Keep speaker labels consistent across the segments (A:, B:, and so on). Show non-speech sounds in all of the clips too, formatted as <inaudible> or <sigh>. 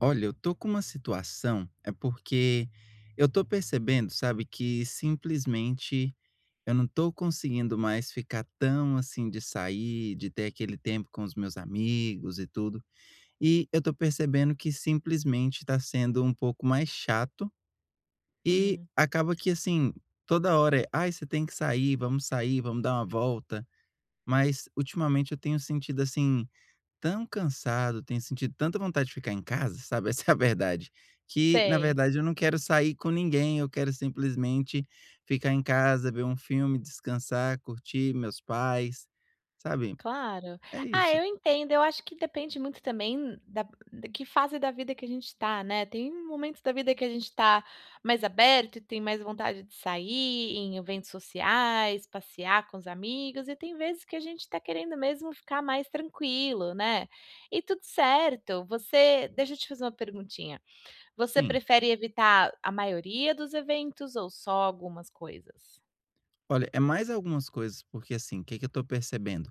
A: Olha, eu tô com uma situação, é porque eu tô percebendo, sabe, que simplesmente eu não tô conseguindo mais ficar tão assim de sair, de ter aquele tempo com os meus amigos e tudo. E eu tô percebendo que simplesmente tá sendo um pouco mais chato e
B: Uhum.
A: acaba que assim, toda hora é, ai, você tem que sair, vamos dar uma volta. Mas ultimamente eu tenho sentido assim tão cansado, tenho sentido tanta vontade de ficar em casa, sabe, <laughs> essa é a verdade, que na
B: Sei,
A: verdade eu não quero sair com ninguém, eu quero simplesmente ficar em casa, ver um filme, descansar, curtir meus pais, sabe,
B: claro.
A: é
B: Ah,
A: isso,
B: eu entendo, eu acho que depende muito também da que fase da vida que a gente está, né? Tem momentos da vida que a gente está mais aberto e tem mais vontade de sair em eventos sociais, passear com os amigos, e tem vezes que a gente está querendo mesmo ficar mais tranquilo, né. E tudo certo, você deixa eu te fazer uma perguntinha, você
A: sim.
B: prefere evitar a maioria dos eventos ou só algumas coisas?
A: Olha, é mais algumas coisas, porque assim, o que que eu tô percebendo?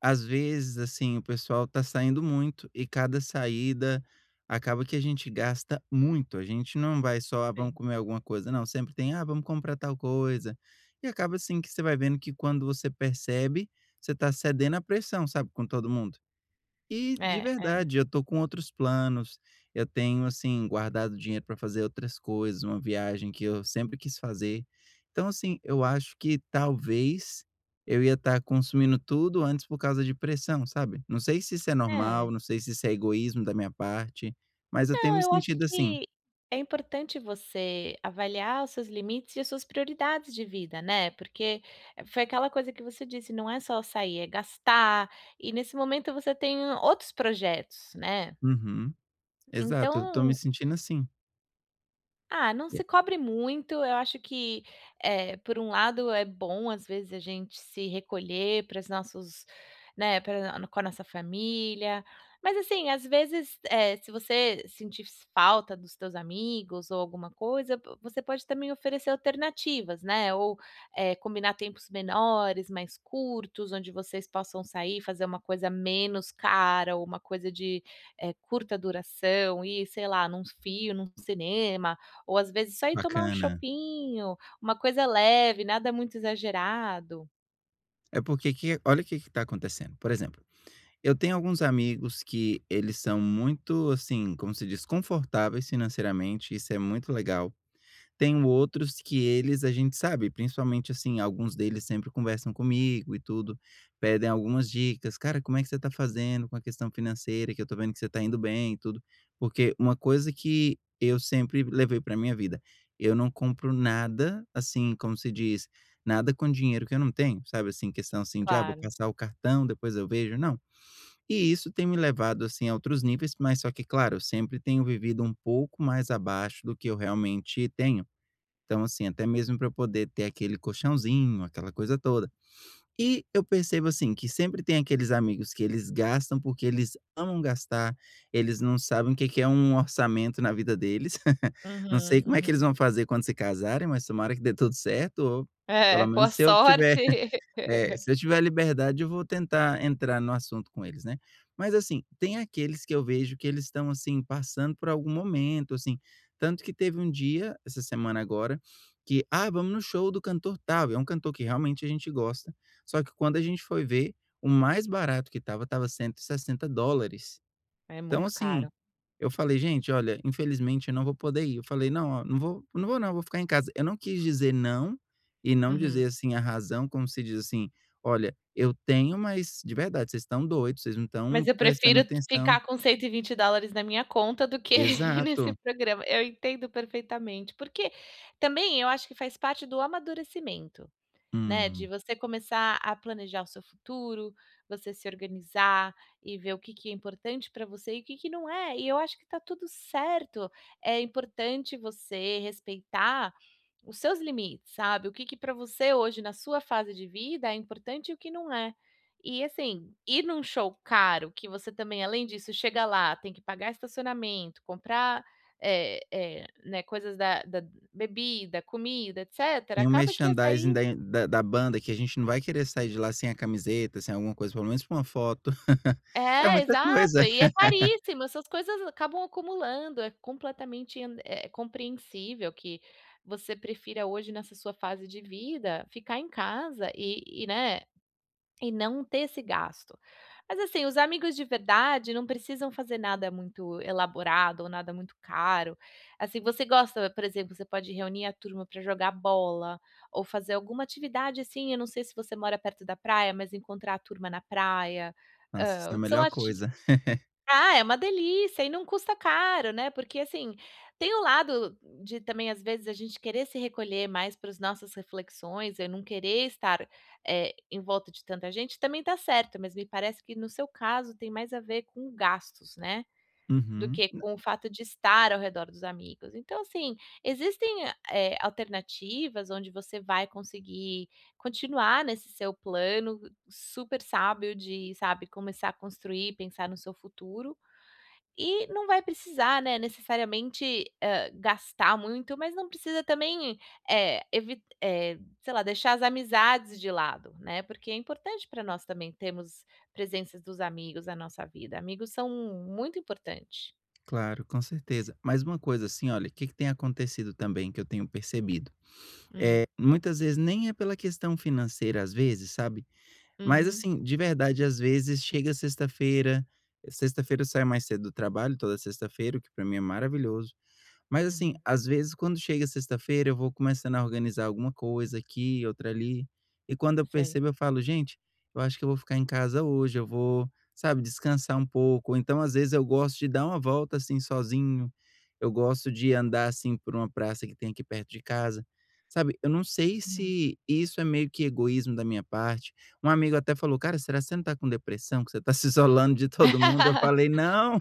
A: Às vezes, assim, o pessoal tá saindo muito e cada saída acaba que a gente gasta muito. A gente não vai só, ah, vamos
B: Bem.
A: comer alguma coisa, não. Sempre tem, ah, vamos comprar tal coisa. E acaba assim que você vai vendo que quando você percebe, você tá cedendo à pressão, sabe, com todo mundo. E de
B: É, é.
A: verdade, eu tô com outros planos, eu tenho, assim, guardado dinheiro para fazer outras coisas, uma viagem que eu sempre quis fazer. Então, assim, eu acho que talvez eu ia estar consumindo tudo antes por causa de pressão, sabe. Não sei se isso é
B: É.
A: normal, não sei se isso é egoísmo da minha parte, mas eu tenho
B: Não,
A: me
B: eu acho
A: sentido assim.
B: que é importante você avaliar os seus limites e as suas prioridades de vida, né, porque foi aquela coisa que você disse, não é só sair, é gastar, e nesse momento você tem outros projetos, né.
A: Uhum, exato, eu tô me
B: Então,
A: sentindo assim.
B: ah, não
A: E
B: se
A: é
B: cobre muito. Eu acho que, por um lado, é bom, às vezes, a gente se recolher para os nossos, né, pra com a nossa família. Mas, assim, às vezes, se você sentir falta dos teus amigos ou alguma coisa, vo você pode também oferecer alternativas, né, ou combinar tempos menores, mais curtos, onde vocês possam sair, fazer uma coisa menos cara ou uma coisa de curta duração, e, sei lá, num cinema. Ou às vezes só ir tomar um
A: bacana.
B: chopinho, uma coisa leve, nada muito exagerado.
A: É porque que olha o que que tá acontecendo, por exemplo. Eu tenho alguns amigos que eles são muito, assim, como se diz, confortáveis financeiramente, isso é muito legal. Tenho outros que eles a gente sabe, principalmente, assim, alguns deles sempre conversam comigo e tudo, pedem algumas dicas: "Cara, como é que você tá fazendo com a questão financeira, que eu tô vendo que você tá indo bem e tudo". Porque uma coisa que eu sempre levei pra minha vida, eu não compro nada, assim, como se diz, nada com dinheiro que eu não tenho, sabe, assim, questão, assim, de: "Ah, vou
B: Claro.
A: passar o cartão, depois eu vejo". Não, e isso tem me levado, assim, a outros níveis, mas só que, claro, eu sempre tenho vivido um pouco mais abaixo do que eu realmente tenho. Então, assim, até mesmo para eu poder ter aquele colchãozinho, aquela coisa toda. E eu percebo, assim, que sempre tem aqueles amigos que eles gastam porque eles amam gastar, eles não sabem o que que é um orçamento na vida deles. <laughs> Não
B: Uhum,
A: sei como é que eles
B: uhum.
A: vão fazer quando se casarem, mas tomara que dê tudo certo, ou
B: É,
A: pelo
B: boa
A: menos se eu tiver
B: sorte.
A: é,
B: <laughs>
A: se eu tiver liberdade, eu vou tentar entrar no assunto com eles, né. Mas assim, tem aqueles que eu vejo que eles estão, assim, passando por algum momento, assim, tanto que teve um dia, essa semana agora, que: "Ah, vamos no show do cantor tal", é um cantor que realmente a gente gosta, só que quando a gente foi ver, o mais barato que estava, estava dólares.
B: É
A: Então,
B: muito caro.
A: assim, eu falei: "Gente, olha, infelizmente eu não vou poder ir". Eu falei: "Não, ó, não vou não, eu vou ficar em casa". Eu não quis dizer não, e não
B: Uhum.
A: dizer, assim, a razão, como se diz assim: "Olha, eu tenho, mas de verdade, vocês estão doidos, vocês não
B: Mas
A: estão
B: eu
A: prestando
B: prefiro t
A: atenção".
B: ficar com US$ 120 na minha conta do que <laughs> ir nesse
A: Exato.
B: programa. Eu entendo perfeitamente, porque também eu acho que faz parte do amadurecimento. Né, de
A: Hum.
B: você começar a planejar o seu futuro, você se organizar e ver o que que é importante para você e o que que não é, e eu acho que tá tudo certo. É importante você respeitar os seus limites, sabe, o que que para você hoje, na sua fase de vida, é importante e o que não é. E assim, ir num show caro que você também, além disso, chega lá, tem que pagar estacionamento, comprar, né, coisas da bebida, comida, etcétera,
A: Tem o
B: acaba que ia
A: merchandising
B: sair.
A: da banda que a gente não vai querer sair de lá sem a camiseta, sem alguma coisa, pelo menos pra uma foto. <laughs> É
B: É,
A: muita
B: exato.
A: coisa.
B: E é
A: <laughs>
B: caríssimo, essas coisas acabam acumulando, é completamente en é compreensível que você prefira hoje, nessa sua fase de vida, ficar em casa né, e não ter esse gasto. Mas, assim, os amigos de verdade não precisam fazer nada muito elaborado ou nada muito caro. Assim, você gosta, por exemplo, você pode reunir a turma para jogar bola ou fazer alguma atividade, assim. Eu não sei se você mora perto da praia, mas encontrar a turma na praia,
A: Nossa, isso é a
B: hã, são
A: melhor
B: ati
A: coisa. <laughs>
B: ah, é uma delícia e não custa caro, né? Porque, assim, tem o lado de também, às vezes, a gente querer se recolher mais para as nossas reflexões, eu não querer estar em volta de tanta gente, também tá certo, mas me parece que no seu caso tem mais a ver com gastos, né, do
A: Uhum.
B: que com o fato de estar ao redor dos amigos. Então, assim, existem alternativas onde você vai conseguir continuar nesse seu plano super sábio de, sabe, começar a construir, pensar no seu futuro, e não vai precisar, né, necessariamente, gastar muito, mas não precisa também sei lá, deixar as amizades de lado, né, porque é importante para nós também termos presenças dos amigos na nossa vida. Amigos são muito importante.
A: Claro, com certeza. Mas uma coisa assim, olha, o que que tem acontecido também que eu tenho percebido,
B: Hum.
A: é muitas vezes nem é pela questão financeira, às vezes, sabe, mas
B: Uhum,
A: assim, de verdade, às vezes chega sexta-feira, sexta-feira eu saio mais cedo do trabalho, toda sexta-feira, o que pra mim é maravilhoso. Mas assim,
B: uhum.
A: às vezes quando chega sexta-feira eu vou começando a organizar alguma coisa aqui, outra ali, e quando eu
B: Sei.
A: percebo eu falo: "Gente, eu acho que eu vou ficar em casa hoje, eu vou, sabe, descansar um pouco", ou então às vezes eu gosto de dar uma volta, assim, sozinho, eu gosto de andar, assim, por uma praça que tem aqui perto de casa, sabe. Eu não sei
B: Uhum.
A: se isso é meio que egoísmo da minha parte, um amigo até falou: "Cara, será que você não está com depressão, que você está se isolando de todo mundo?" Eu falei:
B: <laughs>
A: "Não,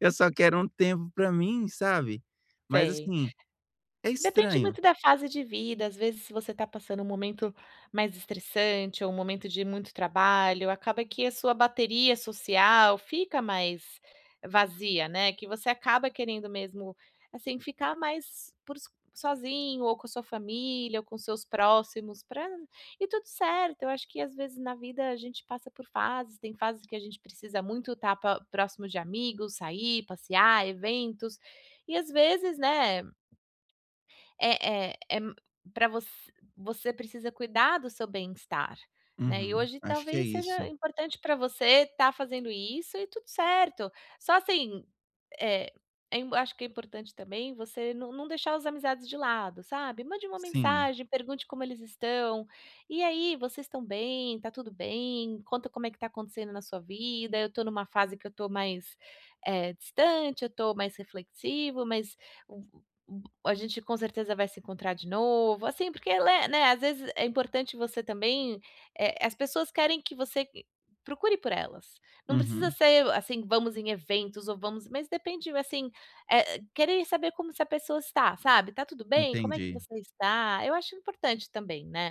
A: eu só quero um tempo pra mim, sabe. Mas
B: Sei.
A: assim, é
B: Depende
A: estranho.
B: muito da fase de vida, às vezes se você está passando um momento mais estressante ou um momento de muito trabalho, acaba que a sua bateria social fica mais vazia, né, que você acaba querendo mesmo, assim, ficar mais por s sozinho ou com a sua família ou com seus próximos pra e tudo certo. Eu acho que às vezes na vida a gente passa por fases, tem fases que a gente precisa muito estar próximo de amigos, sair, passear, eventos, e às vezes, né, é é é pra voc você precisa cuidar do seu bem-estar, né, e
A: Uhum,
B: hoje
A: acho que é
B: talvez seja
A: isso.
B: importante para você estar fazendo isso e tudo certo. Só assim, eh, é im acho que é importante também você não deixar as amizades de lado, sabe. Mande uma
A: Sim.
B: mensagem, pergunte como eles estão. "E aí, vocês estão bem? Tá tudo bem? Conta como é que tá acontecendo na sua vida. Eu tô numa fase que eu tô mais, distante, eu tô mais reflexivo, mas a gente com certeza vai se encontrar de novo, assim, porque le né, às vezes é importante você também as pessoas querem que você procure por elas. Não precisa
A: Uhum,
B: ser, assim, vamos em eventos ou vamos, mas depende, assim, querer saber como se a pessoa está, sabe. Tá tudo bem? Como é que
A: entendi,
B: você está?" Eu acho importante também, né.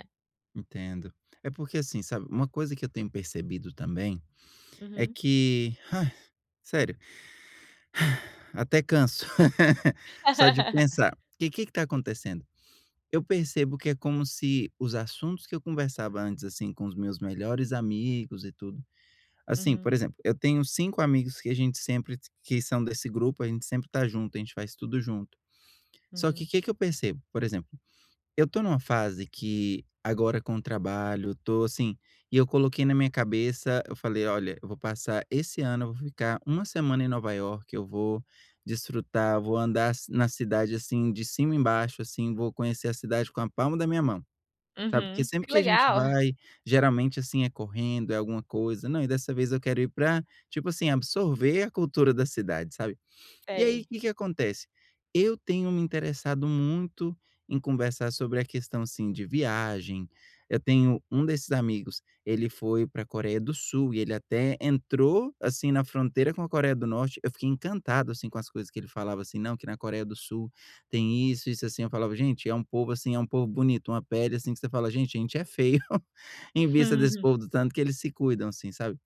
A: entendo. É porque assim, sabe, uma coisa que eu tenho percebido também, é
B: Uhum.
A: que sério, até canso, <laughs> só de
B: <laughs>
A: pensar. Que que tá acontecendo? Eu percebo que é como se os assuntos que eu conversava antes, assim, com os meus melhores amigos e tudo. Assim,
B: Uhum,
A: por exemplo, eu tenho 5 amigos que a gente sempre que são desse grupo, a gente sempre tá junto, a gente faz tudo junto. Só que
B: uhum,
A: o que que eu percebo? Por exemplo, eu tô numa fase que agora com o trabalho, tô assim e eu coloquei na minha cabeça, eu falei: "Olha, eu vou passar esse ano, eu vou ficar uma semana em Nova Iorque, eu vou desfrutar, vou andar na cidade, assim, de cima embaixo, assim, vou conhecer a cidade com a palma da minha mão". Sabe, porque
B: uhum.
A: sempre
B: Que
A: que a gente
B: legal.
A: vai, geralmente, assim, é correndo, é alguma coisa. Não, e dessa vez eu quero ir pra, tipo assim, absorver a cultura da cidade, sabe. E aí, o
B: Sei.
A: que que acontece? Eu tenho me interessado muito em conversar sobre a questão, assim, de viagem. Eu tenho um desses amigos, ele foi para a Coreia do Sul e ele até entrou, assim, na fronteira com a Coreia do Norte. Eu fiquei encantado, assim, com as coisas que ele falava, assim: "Não, que na Coreia do Sul tem isso, isso, assim". Eu falava: "Gente, é um povo, assim, é um povo bonito, uma pele, assim, que você fala: 'Gente, a gente é feio <laughs> em vista desse
B: Uhum,
A: povo do tanto que eles se cuidam'", assim, sabe.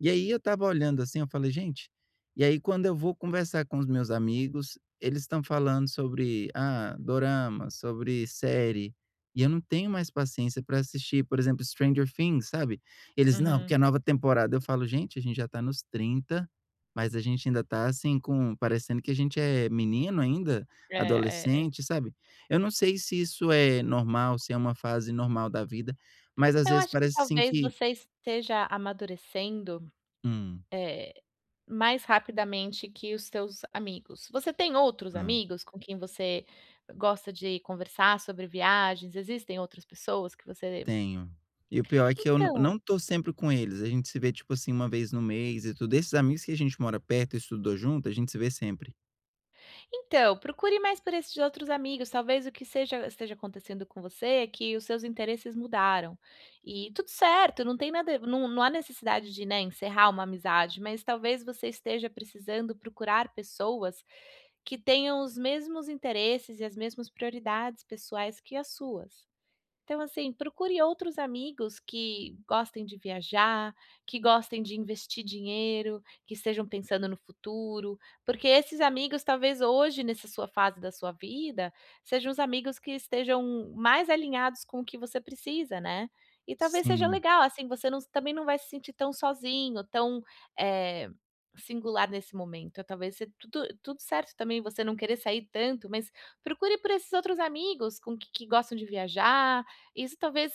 A: E aí eu estava olhando assim, eu falei: "Gente", e aí quando eu vou conversar com os meus amigos, eles estão falando sobre, ah, dorama, sobre série, e eu não tenho mais paciência para assistir, por exemplo, Stranger Things, sabe. Eles: "Não,
B: uhum.
A: porque a nova temporada", eu falo: "Gente, a gente já tá nos 30 mas a gente ainda tá assim com parecendo que a gente é menino ainda,
B: É, é, é.
A: adolescente", sabe. Eu não sei se isso é normal, se é uma fase normal da vida, mas às
B: Eu
A: vezes
B: acho que
A: parece assim
B: talvez
A: que
B: você esteja amadurecendo
A: hum,
B: Eh, mais rapidamente que os seus amigos. Você tem outros
A: hã.
B: amigos com quem você gosta de conversar sobre viagens? Existem outras pessoas que você...
A: Tenho. E o pior é que eu não
B: Então
A: não tô sempre com eles, a gente se vê, tipo assim, uma vez no mês e tudo. Esses amigos que a gente mora perto e estudou junto, a gente se vê sempre.
B: então, procure mais por esses outros amigos, talvez o que seja esteja acontecendo com você é que os seus interesses mudaram. E tudo certo, não tem nada, não há necessidade de, né, encerrar uma amizade, mas talvez você esteja precisando procurar pessoas que tenham os mesmos interesses e as mesmas prioridades pessoais que as suas. Então, assim, procure outros amigos que gostem de viajar, que gostem de investir dinheiro, que estejam pensando no futuro, porque esses amigos, talvez hoje, nessa sua fase da sua vida, sejam os amigos que estejam mais alinhados com o que você precisa, né? E talvez seja
A: Sim,
B: legal, assim, você não- também não vai se sentir tão sozinho, tão eh, singular nesse momento. Talvez seja tudo, tudo certo também você não querer sair tanto, mas procure por esses outros amigos com que gostam de viajar. Isso talvez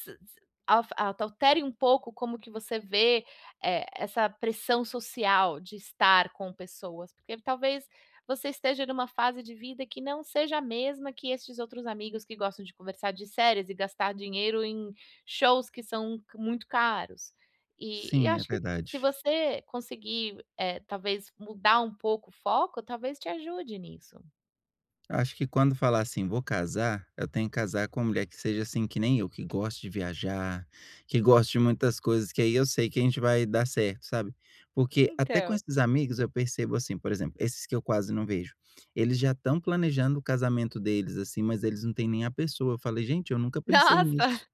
B: alf altere um pouco como que você vê essa pressão social de estar com pessoas, porque talvez você esteja numa fase de vida que não seja a mesma que estes outros amigos que gostam de conversar de séries e gastar dinheiro em shows que são c muito caros. E
A: sim, é
B: acho que se
A: verdade.
B: você conseguir, talvez mudar um pouco o foco, talvez te ajude nisso.
A: Acho que quando falar assim: "Vou casar", eu tenho que casar com uma mulher que seja assim que nem eu, que goste de viajar, que goste de muitas coisas, que aí eu sei que a gente vai dar certo, sabe. Porque até com
B: Então
A: esses amigos eu percebo assim, por exemplo, esses que eu quase não vejo, eles já estão planejando o casamento deles, assim, mas eles não têm nem a pessoa. Eu falei: "Gente, eu nunca
B: <laughs>
A: pensei
B: nossa!
A: nisso".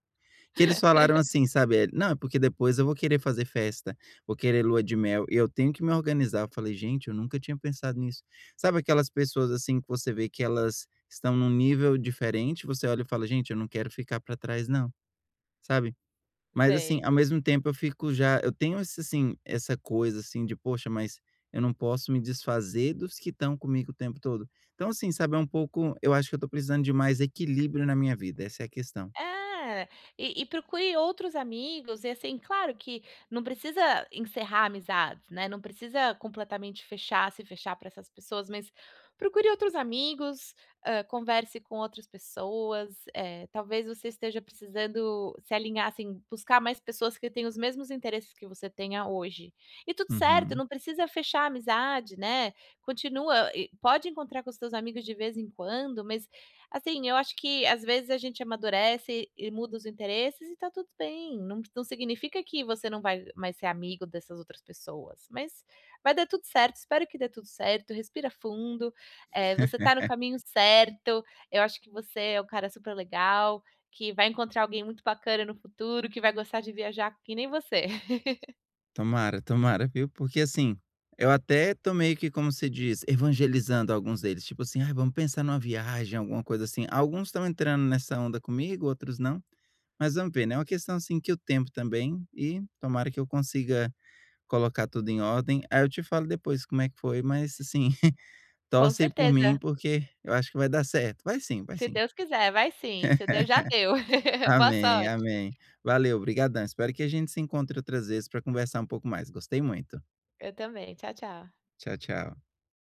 A: Que eles falaram assim, sabe, "Não, é porque depois eu vou querer fazer festa, vou querer lua de mel e eu tenho que me organizar". Eu falei: "Gente, eu nunca tinha pensado nisso". Sabe aquelas pessoas, assim, que você vê que elas estão num nível diferente, você olha e fala: "Gente, eu não quero ficar para trás não", sabe. Mas, assim,
B: Sei.
A: ao mesmo tempo eu fico já eu tenho esse, assim, essa coisa, assim, de: "Poxa, mas eu não posso me desfazer dos que estão comigo o tempo todo". Então, assim, sabe, é um pouco eu acho que eu tô precisando de mais equilíbrio na minha vida, essa é a questão.
B: É, e procure outros amigos e, assim, claro que não precisa encerrar amizades, né, não precisa completamente fechar, se fechar para essas pessoas, mas procure outros amigos, converse com outras pessoas, talvez você esteja precisando se alinhar, assim, buscar mais pessoas que tenham os mesmos interesses que você tenha hoje. E tudo certo,
A: Uhum.
B: não precisa fechar a amizade, né, continua e pode encontrar com os teus amigos de vez em quando, mas assim, eu acho que às vezes a gente amadurece e muda os interesses e tá tudo bem, não significa que você não vai mais ser amigo dessas outras pessoas, mas vai dar tudo certo, espero que dê tudo certo, respira fundo, você tá no caminho certo, eu acho que você é um cara super legal, que vai encontrar alguém muito bacana no futuro, que vai gostar de viajar que nem você. <laughs>
A: Tomara, tomara, viu. Porque assim, eu até tô meio que, como se diz, evangelizando alguns deles, tipo assim: "Ai, vamos pensar numa viagem", alguma coisa assim. Alguns estão entrando nessa onda comigo, outros não, mas vamos ver, né. É uma questão, assim, que o tempo também e tomara que eu consiga colocar tudo em ordem. Aí eu te falo depois como é que foi, mas assim, <laughs>
B: Com
A: torce aí por mim,
B: certeza,
A: porque eu acho que vai dar certo. Vai sim, vai
B: se
A: sim.
B: Deus quiser, vai sim, se Deus já deu.
A: <laughs>
B: <laughs> Boa
A: Amém,
B: sorte.
A: amém. Valeu, obrigadão. Espero que a gente se encontre outras vezes para conversar um pouco mais. Gostei muito.
B: Eu também, tchau, tchau.
A: Tchau, tchau.